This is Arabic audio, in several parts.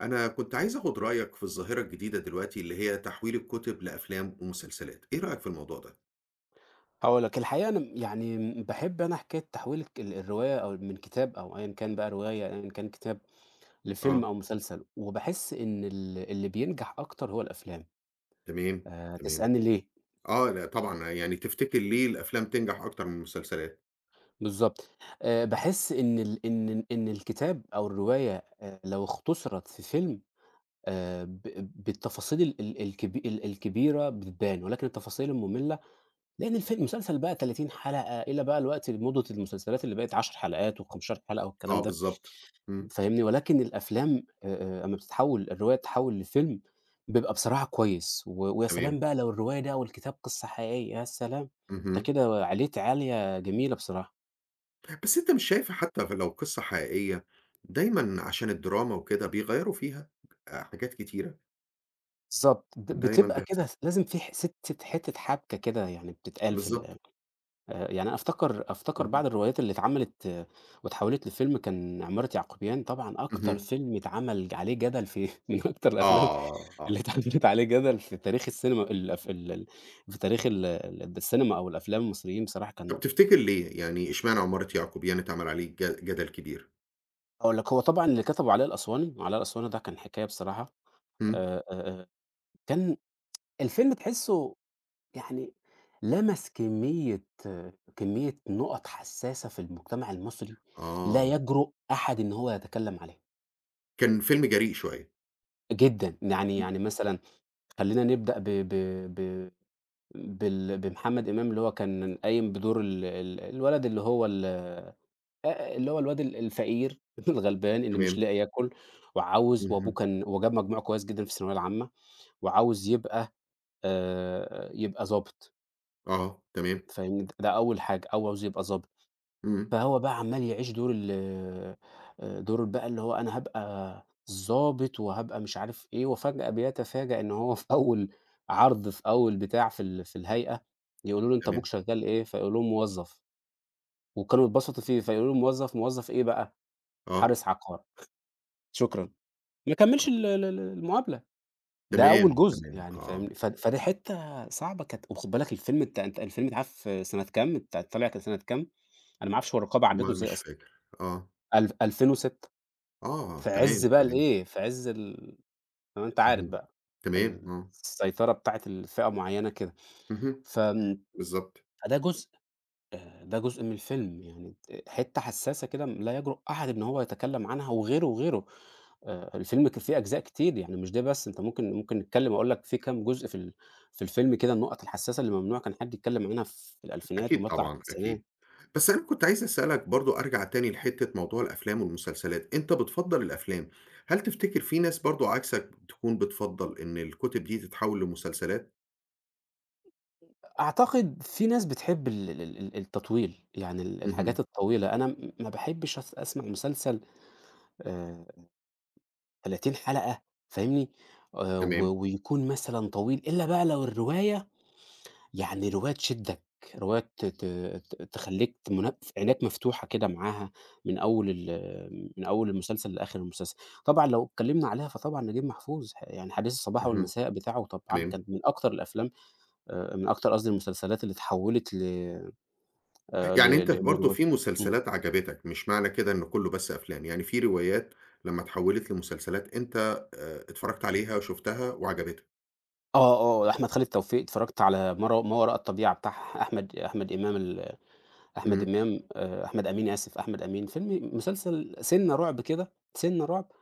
أنا كنت عايز آخد رأيك في الظاهرة الجديدة دلوقتي اللي هي تحويل الكتب لأفلام ومسلسلات، إيه رأيك في الموضوع ده؟ هاقول لك، الحقيقة أنا م يعني م باحب أنا حكاية تحويل الك ال الرواية أو من كتاب أو أيًا كان بقى رواية، أيًا كان كتاب، لفيلم آه. أو مسلسل، وباحس إن اللي بينجح أكتر هو الأفلام. تمام. تمام. تسألني ليه؟ آه، لأ طبعًا يعني تفتكر ليه الأفلام تنجح أكتر من المسلسلات؟ بالضبط. باحس إن الكتاب أو الرواية لو اختصرت في فيلم، ب بالتفاصيل ال ال الكبي ال الكبيرة بتبان، ولكن التفاصيل المملة، لأن الفيلم المسلسل بقى 30 حلقة، إلى بقى الوقت مدة المسلسلات اللي بقت 10 حلقات و15 حلقة آه، والكلام ده. بالضبط. إمم. فاهمني؟ ولكن الأفلام، أمّا بتتحوّل الرواية، تتحوّل لفيلم، بيبقى بصراحة كويس. ويا تمام. سلام بقى لو الرواية ده أو الكتاب قصّة حقيقية، يا سلام! أنت اهم. كده عِليت عالية جميلة بصراحة. بس أنت مش شايف حتى لو قصة حقيقية دايمًا عشان الدراما وكده بيغيّروا فيها حاجات كتيرة، بالضبط. دايمًا بتبقى بيحصل. كده، لازم في ح سِتّة حتّة حبكة كده يعني بتتقال في ال. بالضبط. يعني أنا أفتكر اهم. بعض الروايات اللي اتعملت، آه، واتحولت لفيلم، كان عمارة يعقوبيان. طبعًا أكتر اهم. فيلم اتعمل عليه جدل، في من أكتر الأفلام آه. اللي آه. اتعملت عليه جدل في تاريخ السينما، الأف ال ال في تاريخ ال ال السينما أو الأفلام المصريين بصراحة. كان، طب تفتكر ليه؟ يعني إشمعنى عمارة يعقوبيان اتعمل عليه جدل كبير؟ هاقول لك، هو طبعًا اللي كتبه علاء الأسواني، وعلاء الأسواني ده كان حكاية بصراحة. إمم. آآ، آآ، آآ، كان الفيلم تحسّه، يعني، لمس كمية نُقط حساسة في المجتمع المصري، لا آه، يجرؤ أحد إن هو يتكلم عليها. كان فيلم جريء شوية. جدًا، يعني، امم. يعني مثلًا، خلّينا نبدأ ب ب ب بال بمحمد إمام، اللي هو كان قايم بدور ال ال الولد اللي هو ال اللي هو الواد الفقير، الغلبان اللي مش تمام. لاقي ياكل. وأبوه اهم. كان، وجاب مجموع كويس جدًا في الثانوية العامة، وعاوز يبقى ضابط. آه. تمام. فاهمني؟ ده أول حاجة، أو عاوز يبقى ضابط. إمم. فهو بقى عمّال يعيش دور بقى، اللي هو: "أنا هابقى الضابط وهابقى مش عارف إيه"، وفجأة بيتفاجأ إن هو في أول عرض، في أول بتاع في ال في الهيئة، يقولوا له: "أنت أبوك تمام. شغال إيه؟" فيقول لهم: "موظف." وكانوا اتبسطوا فيه، فيقولوا له: "موظف، موظف إيه بقى؟" آه. "حارس عقار." "شكرًا." ما كمّلش ال ال ال المقابلة. ده تمام. أول جزء تمام. يعني، آه. فاهمني؟ فدي حتّة صعبة كانت. وخُد بالك الفيلم، أنت الفيلم اتعمل في سنة كام؟ طلع كان سنة كام؟ أنا ما أعرفش هو الرقابة ما عدّته إزاي مش أصلًا. فاكر. آه. 2006. آه. في تمام. عز بقى تمام. الإيه، في عز ال ما أنت عارف اهم. بقى، تمام. ال آه. السيطرة بتاعة فئة معيّنة كده. اهم. فآمم، بالضبط. فده جزء ده جزء من الفيلم، يعني حتّة حسّاسة كده، لا يجرؤ أحد إن هو يتكلّم عنها، وغيره، وغيره. الفيلم فيه أجزاء كتير، يعني مش ده بس. أنت ممكن نتكلّم، أقول لك في كام جزء في الفيلم كده، النُقَط الحسّاسة اللي ممنوع كان حد يتكلّم عنها في الألفينات أكيد ومطلع طبعًا، أكيد. التسعينات. بس أنا كنت عايز أسألك برضه أرجع تاني لحتة موضوع الأفلام والمسلسلات، أنت بتفضّل الأفلام. هل تفتكر في ناس برضه عكسك تكون بتفضّل إن الكتب دي تتحوّل لمسلسلات؟ أعتقد في ناس بتحب ال ال ال ال التطويل، يعني اهم. الحاجات الطويلة. أنا ما باحبش أسمع مسلسل آآ 30 حلقة، فاهمني، و تمام. ويكون مثلًا طويل، إلا بقى لو الرواية، يعني رواية تشدّك، رواية ت ت ت تخلّيك ت منا عينك مفتوحة كده معاها، من أول المسلسل لآخر المسلسل. طبعًا لو اتكلمنا عليها، فطبعًا نجيب محفوظ، يعني حديث الصباح اهم. والمساء بتاعه، طبعًا تمام. كان من أكتر الأفلام، من أكتر، قصدي، المسلسلات اللي اتحوّلت ل ل يعني أنت ل برضه لرو في إمم. مسلسلات عجبتك، مش معنى كده إن كُلّه بس أفلام، يعني في روايات لمّا اتحوّلت لمسلسلات أنت اتفرّجت عليها وشُفتها وعجبتك. آه، آه، أحمد خالد توفيق، اتفرّجت على ما وراء الطبيعة بتاع أحمد أحمد إمام ال أحمد إمم. إمام أحمد أمين، آسف، أحمد أمين. مسلسل سِنّة رعب كده، سِنّة رعب.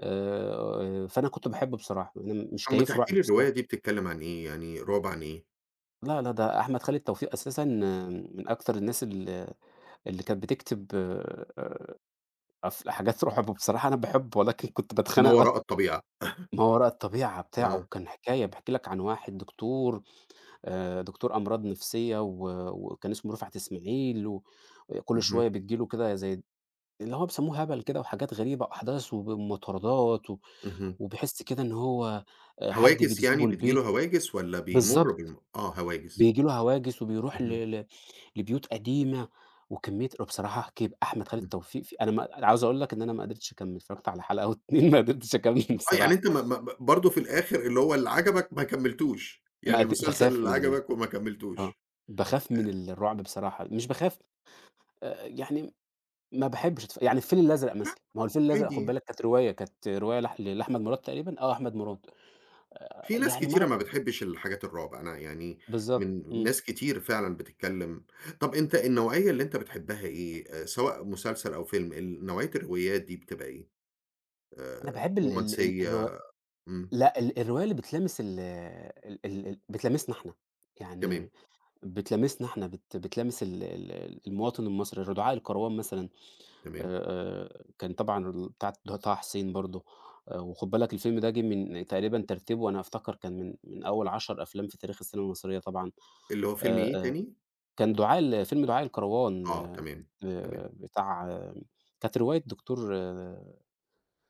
فأنا كنت باحبه بصراحة، أنا مش طَب ما كيّف تحكي رعب لي الرواية بصراحة. دي بتتكلّم عن إيه، يعني رعب عن إيه؟ لا، لا، ده أحمد خالد توفيق أساسًا، آه، من أكتر الناس اللي كانت بتكتب أف حاجات رعب. بصراحة أنا باحبه، ولكن كنت ما باتخنق بقى. وراء الطبيعة. ما وراء الطبيعة بتاعه آه. كان حكاية، باحكي لك عن واحد دكتور، دكتور أمراض نفسية، و وكان اسمه رفعت إسماعيل، و كل اهم. شوية بتيجي له كده زي اللي هو بيسموه هبل كده، وحاجات غريبة، أحداث، ومطاردات، و اهم. وبيحس كده إن هو، حد هواجس بيجذبه يعني بتيجي له البيت. هواجس والّا بيمُر بالضبط، بالم آه هواجس. بييجي له هواجس، وبيروح اهم. ل ل لبيوت قديمة وكمية. بصراحة أحمد خالد اهم. توفيق أنا ما عاوز أقول لك إن أنا ما قدرتش أكمّل، اتفرجت على حلقة أو 2، ما قدرتش أكمّل آه، يعني بصراحة. أنت ما برضه في الآخر اللي هو اللي عجبك ما كمّلتوش، ما يعني قد المسلسل باخاف اللي من ال عجبك وما آه، كمّلتوش. باخاف من الرعب بصراحة، مش باخاف، يعني ما باحبش يعني الفيل الأزرق مثلًا. ما هو الفيل الأزرق، خُد عادي. بالك، كانت رواية، لأحمد مراد تقريبًا، آه، أحمد مراد. في ناس يعني كتيرة مرة، ما بتحبّش الحاجات الرعب، أنا يعني بالضبط. من ناس كتير فعلًا بتتكلّم. طَب أنت النوعية اللي أنت بتحبّها إيه، سواء مسلسل أو فيلم، نوعية الروايات دي بتبقى إيه؟ أنا باحب ال ال ال الروا رومانسية. إمم. لأ ال الرواية اللي بتلامس ال ال ال ال بتلامسنا إحنا، تمام. يعني بتلامسنا إحنا، بتلامس ال ال ال المواطن المصري، دعاء الكروان مثلًا. تمام. كان طبعًا بتاعة طه حسين برضه. وخُد بالك، الفيلم ده جه من تقريبًا، ترتيبه، أنا أفتكر كان من أول 10 أفلام في تاريخ السينما المصرية طبعًا. اللي هو فيلم إيه آآ تاني؟ كان دعاء ال فيلم دعاء الكروان، آه. آه، تمام. تمام. بتاع، آه، كانت رواية دكتور، آآ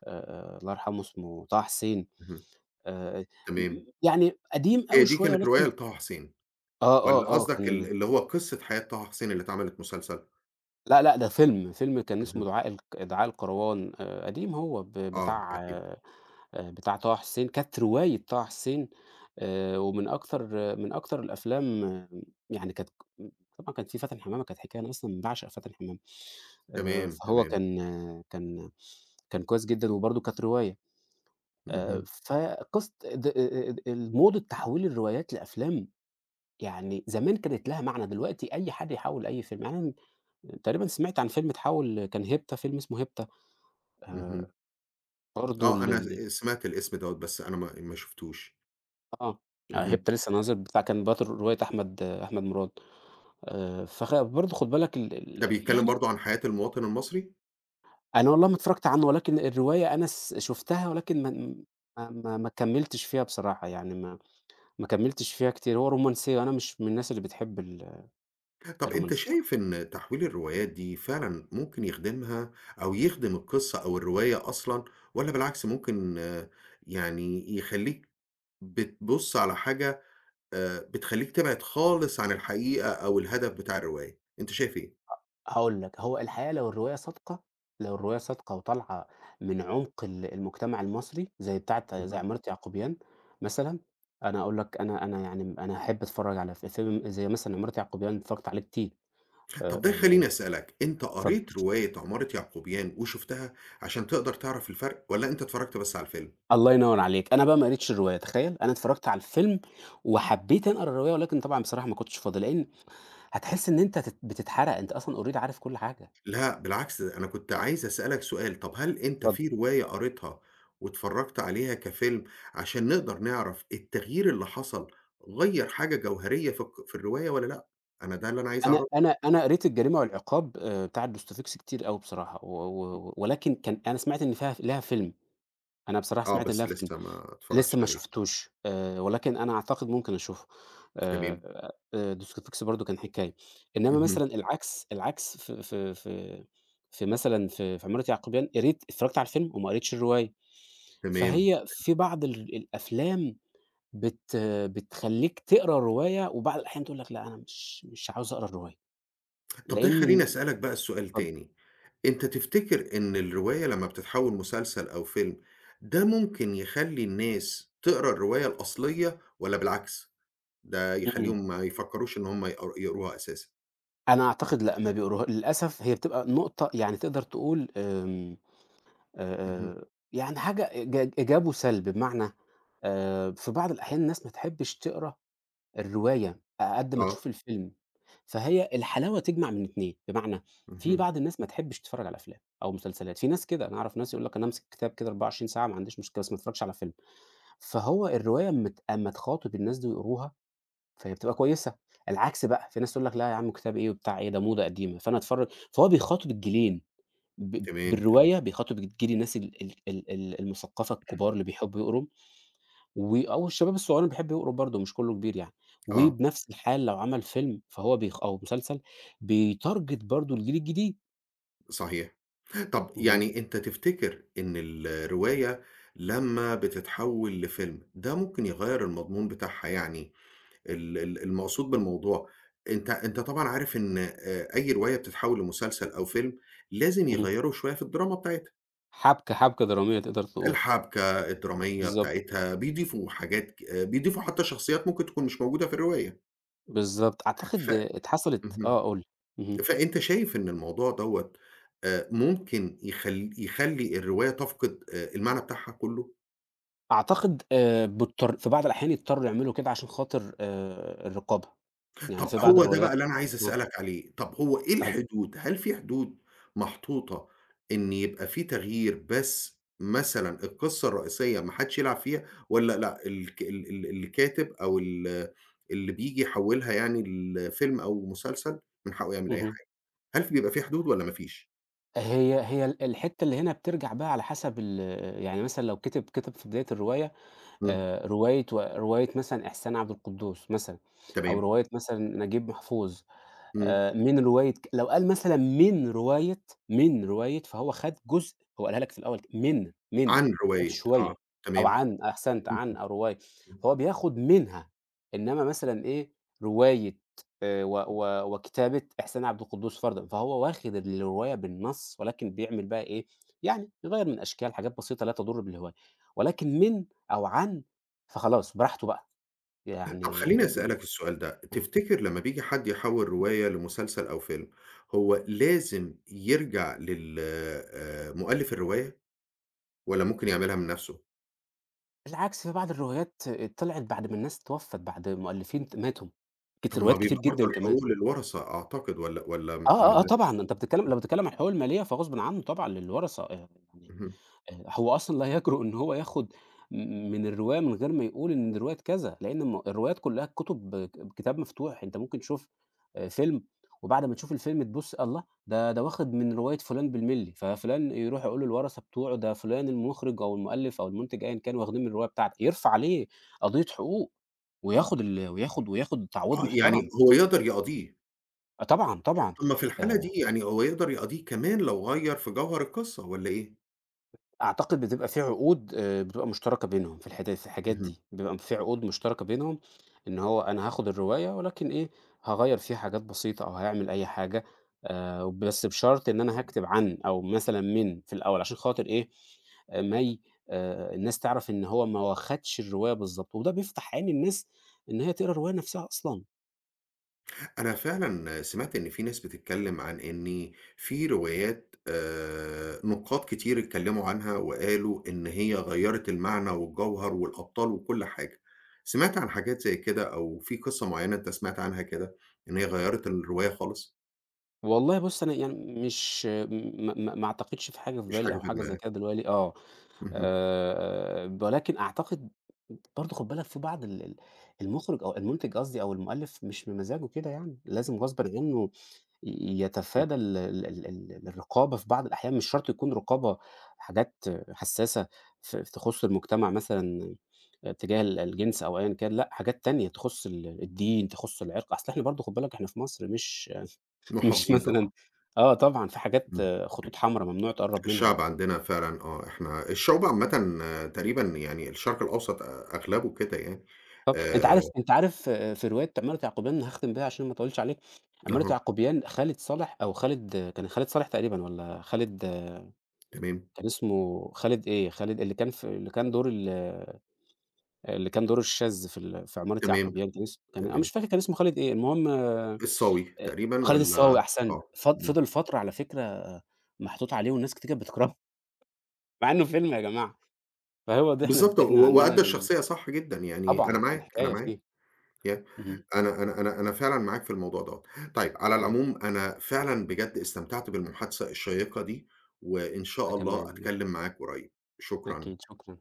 آآ الله يرحمه، اسمه طه حسين. اهم. آآ تمام. يعني قديم هي أوي دي شوية، كانت رواية ولكن لطه حسين آه، آه، والّا آه، قصدك كان، اللي هو قصة حياة طه حسين اللي اتعملت مسلسل؟ لأ، لأ، ده فيلم، فيلم كان اسمه اهم. دعاء الكروان، قديم، هو آه، بتاع أكيد. آه، آه، بتاع طه حسين، كانت رواية طه حسين. ومن أكتر من أكتر الأفلام، آه، يعني كانت، طبعًا كانت في فاتن حمامة، كانت حكاية، أنا أصلًا باعشق فاتن حمامة. تمام. فهو تمام. كان، كان، كان كويس جدًا، وبرضه كانت رواية. اهم. فقصة د د الموضة تحويل الروايات لأفلام، يعني زمان كانت لها معنى، دلوقتي أي حد يحوّل أي فيلم. يعني أنا تقريبًا سمعت عن فيلم اتحوّل، كان هيبتا، فيلم اسمه هيبتا، آآ، اهم. برضه ل آه، أنا ل سمعت الاسم دوّة، بس أنا ما شُفتوش. آه، آه، اهم. هيبتا لسه نازل، بتاع، كان بطل رواية أحمد مراد. فخ، برضه خُد بالك ال ده ال بيتكلّم يعني برضه عن حياة المواطن المصري؟ أنا والله ما اتفرّجت عنه، ولكن الرواية أنا شُفتها، ولكن ما كمّلتش فيها بصراحة، يعني ما ما كمّلتش فيها كتير. هو رومانسية، وأنا مش من الناس اللي بتحب طَب أنت الرومانس بصراحة. شايف إن تحويل الروايات دي فعلًا ممكن يخدمها أو يخدم القصة أو الرواية أصلًا، والّا بالعكس ممكن يعني يخلّيك بتبُص على حاجة بتخلّيك تبعد خالص عن الحقيقة أو الهدف بتاع الرواية، أنت شايف إيه؟ هاقول لك، هو الحقيقة لو الرواية صادقة، لو الرواية صادقة وطالعة من عُمق المجتمع المصري، زي بتاعة، زي اهم. عمارة يعقوبيان مثلًا. أنا يعني أنا أحب أتفرّج على فيلم زي مثلًا عمارة يعقوبيان، اتفرّجت عليه كتير. طَب آآ، ده يخلّيني آآ، أسألك، أنت اتفضل. قريت رواية عمارة يعقوبيان وشُفتها عشان تقدر تعرف الفرق والّا أنت اتفرّجت بس على الفيلم؟ الله ينور عليك. أنا بقى ما قريتش الرواية، تخيل! أنا اتفرّجت على الفيلم، وحبّيت أنا أقرا الرواية، ولكن طبعًا بصراحة ما كنتش فاضي، لإن هتحس إن أنت بتتحرق، أنت أصلًا already عارف كل حاجة. لأ، بالعكس، ده أنا كنت عايز أسألك سؤال، طب هل أنت اتفضل. في رواية قريتها واتفرّجت عليها كفيلم عشان نقدر نعرف التغيير اللي حصل غيّر حاجة جوهرية في الرواية والّا لأ؟ أنا ده اللي أنا عايز أنا أعرفه. أنا أنا قريت الجريمة والعقاب، بتاعة دوستويفسكي كتير أوي بصراحة، و و ولكن، كان أنا سمعت إن فيها ليها فيلم. أنا بصراحة آه، سمعت إن ليها بس فيلم. لسه ما اتفرّجتش لسه ما عليه. شُفتوش. ولكن أنا أعتقد ممكن أشوفه. تمام. Dostoyevsky برضه كان حكاية. إنّما اهم. مثلًا العكس، العكس، في في مثلًا في عمارة يعقوبيان، قريت، اتفرّجت على الفيلم، وما قريتش الرواية. تمام. فهي في بعض الأفلام بت بتخلّيك تقرا الرواية، وبعض الأحيان تقول لك: "لأ، أنا مش عاوز أقرا الرواية"، طب ده لإن يخلّيني ال، أسألك بقى السؤال اتفضل، تاني، أنت تفتكر إن الرواية لمّا بتتحوّل مسلسل أو فيلم، ده ممكن يخلّي الناس تقرا الرواية الأصلية والّا بالعكس؟ ده إمم. يخلّيهم ما يفكّروش إن هم يقروها أساسًا. أنا أعتقد لأ، ما بيقروها للأسف، هي بتبقى نقطة، يعني تقدر تقول، آمم اهم. آآ يعني حاجة إيجاب وسلب. بمعنى، في بعض الأحيان الناس ما تحبّش تقرا الرواية أ قد ما آه. تشوف الفيلم، فهي الحلاوة تجمع من 2. بمعنى، في اهم. بعض الناس ما تحبّش تتفرّج على أفلام أو مسلسلات، في ناس كده، أنا أعرف ناس يقول لك: "أنا أمسك كتاب كده 24 ساعة، ما عنديش مشكلة، بس ما اتفرّجش على فيلم." فهو الرواية أمّا ت أمّا تخاطب الناس دي ويقروها، فهي بتبقى كويسة. العكس بقى، في ناس تقول لك: "لا يا عم، كتاب إيه وبتاع إيه، ده موضة قديمة، فأنا أتفرّج." فهو بيخاطب الجيلين. تمام. تمام. بالرواية بيخاطب، بتيجي لي ناس ال المثقفة الكبار اللي بيحبوا يقروا، أو الشباب الصغيّرين اللي بيحب يقروا برضه، مش كلّه كبير يعني. آه. وبنفس الحال، لو عمل فيلم، فهو أو مسلسل، بيتارجت برضه الجيل الجديد. صحيح. طب اهم، يعني أنت تفتكر إن الرواية لمّا بتتحوّل لفيلم، ده ممكن يغيّر المضمون بتاعها يعني ال المقصود بالموضوع. أنت طبعًا عارف إن أي رواية بتتحوّل لمسلسل أو فيلم، لازم اهم، يغيّروا شوية في الدراما بتاعتها. حبكة، حبكة درامية تقدر تقول. الحبكة الدرامية بالضبط، بتاعتها، بيضيفوا حاجات بيضيفوا حتى شخصيات ممكن تكون مش موجودة في الرواية. بالضبط. ف أعتقد آه، اتحصلت، اهم. آه، قُل لي، اهم. فأنت شايف إن الموضوع دوّة ممكن يخلّي الرواية تفقد المعنى بتاعها كُلّه؟ أعتقد بيضطر في بعض الأحيان يضطروا يعملوا كده، عشان خاطر الرقابة، يعني طَب في بعض هو ده بقى الروايات، اللي أنا عايز إمم، أسألك عليه، طَب هو إيه صحيح، الحدود؟ هل في حدود محطوطة إن يبقى في تغيير، بس مثلًا القصة الرئيسية ما حدش يلعب فيها، والّا لأ الكاتب أو اللي بييجي يحوّلها يعني لفيلم أو مسلسل من حقّه يعمل أي اهم. حاجة، هل بيبقى في حدود والّا ما فيش؟ هي هي ال الحتّة اللي هنا بترجع بقى على حسب ال. يعني مثلًا لو كِتب في بداية الرواية، إمم. رواية، رواية مثلًا إحسان عبد القدوس مثلًا، أو تمام. رواية مثلًا نجيب محفوظ. إمم. من رواية، لو قال مثلًا: "من رواية"، فهو خَد جزء، هو قالها لك في الأول، من من، عن خَد رواية، آه. شوية، أو تمام. "عن"، أحسنت، إمم. "عن" أو "رواية"، إمم. فهو بياخد منها. إنّما مثلًا إيه، رواية و و وكتابة إحسان عبد القدوس فرضًا، فهو واخد الرواية بالنَص، ولكن بيعمل بقى إيه، يعني يغيّر من أشكال، حاجات بسيطة لا تضُر بالهواية، ولكن من، أو عن، فخلاص براحته بقى، طب يعني خلّيني ي، أسألك السؤال ده، تفتكر لمّا آه. بييجي حد يحوّل رواية لمسلسل أو فيلم، هو لازم يرجع لل مؤلف الرواية والّا ممكن يعملها من نَفْسه؟ بالعكس، في بعض الروايات آه طلعت بعد ما الناس اتوفّت، بعد مؤلفين ماتوا، طب ما روايات بيبقى كتير برضه جدًا كمان. الحقوق للورثة أعتقد، والّا ما آه، آه، آه، لهاش. طبعًا أنت بتتكلّم، لو بتتكلّم عن حقوق المالية، فغصبٍ عنه طبعًا للورثة. يعني، اهم. هو أصلًا لا يجرؤ إن هو ياخد م من الرواية من غير ما يقول إن دي رواية كذا، لإن الروايات كلّها الكتب كتاب مفتوح، أنت ممكن تشوف فيلم، وبعد ما تشوف الفيلم تبُص، الله! ده واخد من رواية فلان بالملّي، ففلان يروح يقول للورثة بتوعه: "ده فلان المخرج أو المؤلف أو المنتج، أيًا كان، واخدين من الرواية بتاعتي"، يرفع عليه قضية حقوق، وياخد تعويض آه، يعني محترم. هو يقدر يقاضيه. آه طبعًا، طبعًا. طب ما في الحالة دي آآ يعني هو يقدر يقاضيه كمان لو غيّر في جوهر القصة والّا إيه؟ أعتقد بتبقى في عقود، بتبقى مشتركة بينهم في الحدا في الحاجات اهم. دي، بيبقى في عقود مشتركة بينهم إن هو: "أنا هاخد الرواية، ولكن إيه، هاغيّر فيها حاجات بسيطة أو هاعمل أي حاجة، بس بشرط إن أنا هاكتب "عن" أو مثلًا "من" في الأول"، عشان خاطر إيه، ما ي الناس تعرف إن هو ما واخدش الرواية بالضبط، وده بيفتح عين الناس إن هي تقرا الرواية نفسها أصلًا. أنا فعلًا سمعت إن في ناس بتتكلّم عن إن في روايات نُقاد كتير اتكلّموا عنها وقالوا إن هي غيّرت المعنى والجوهر والأبطال وكل حاجة. سمعت عن حاجات زي كده، أو في قصة معيّنة أنت سمعت عنها كده إن هي غيّرت الرواية خالص؟ والله بُص، أنا يعني مش، ما ما ما أعتقدش في حاجة في مفيش بالي أو حاجة في حاجة زي دماغك. كده دلوقتي، آه. اهم. ولكن أعتقد برضه خُد بالك في بعض ال المُخرج أو المُنتِج، قصدي، أو المؤلف، مش بمزاجه كده يعني، لازم غصبًا عنّه إمم. يتفادى ال الرقابة في بعض الأحيان. مش شرط تكون رقابة، حاجات حساسة ف تخُص المجتمع مثلًا، تجاه الجنس أو أيًا كان، لأ، حاجات تانية تخُص الدين، تخُص العِرْق، أصل إحنا برضه خُد بالك إحنا في مصر مش، مش محافظين طبعًا. مثلًا، آه طبعًا، في حاجات، إمم. آه، خطوط حمرا ممنوع تقرّب منها الشعب يعني. عندنا فعلًا، آه. إحنا الشعوب عامةً آه، تقريبًا يعني الشرق الأوسط أغلبه كده يعني. طب أنت آآ عارف، آه، في رواية عمارة يعقوبيان هاختم بيها عشان ما اطولش عليك، عمارة أها. يعقوبيان خالد صالح أو خالد، آه، كان خالد صالح تقريبًا، والّا خالد، آه، تمام. كان اسمه خالد إيه، خالد اللي كان في، اللي كان دور آه، اللي كان دوره الشاذ في عمارة تمام. يعقوبيان، كان اسمه، كان، أنا تمام. مش فاكر كان اسمه خالد إيه. المهم، الصاوي تقريبًا خالد والّا. الصاوي، أحسنت. آه. إمم. فضل فترة على فكرة، آه، محطوط عليه، والناس كتير كانت بتكرهه، مع إنه فيلم يا جماعة. فهو ده، إحنا، بالضبط، و إحنا عندنا وأدّى ال، الشخصية صح جدًا، يعني أنا طبعًا، كان معاك، أنا حكاية معاك. فيه. يع اهم، أنا أنا أنا أنا فعلًا معاك في الموضوع دوّة. طيب على فاهم، العموم أنا فعلًا بجد استمتعت بالمحادثة الشيّقة دي، وإن شاء أنا كمان، الله أنا كمان. أتكلّم معاك قريب. شكرًا. أكيد، شكرًا.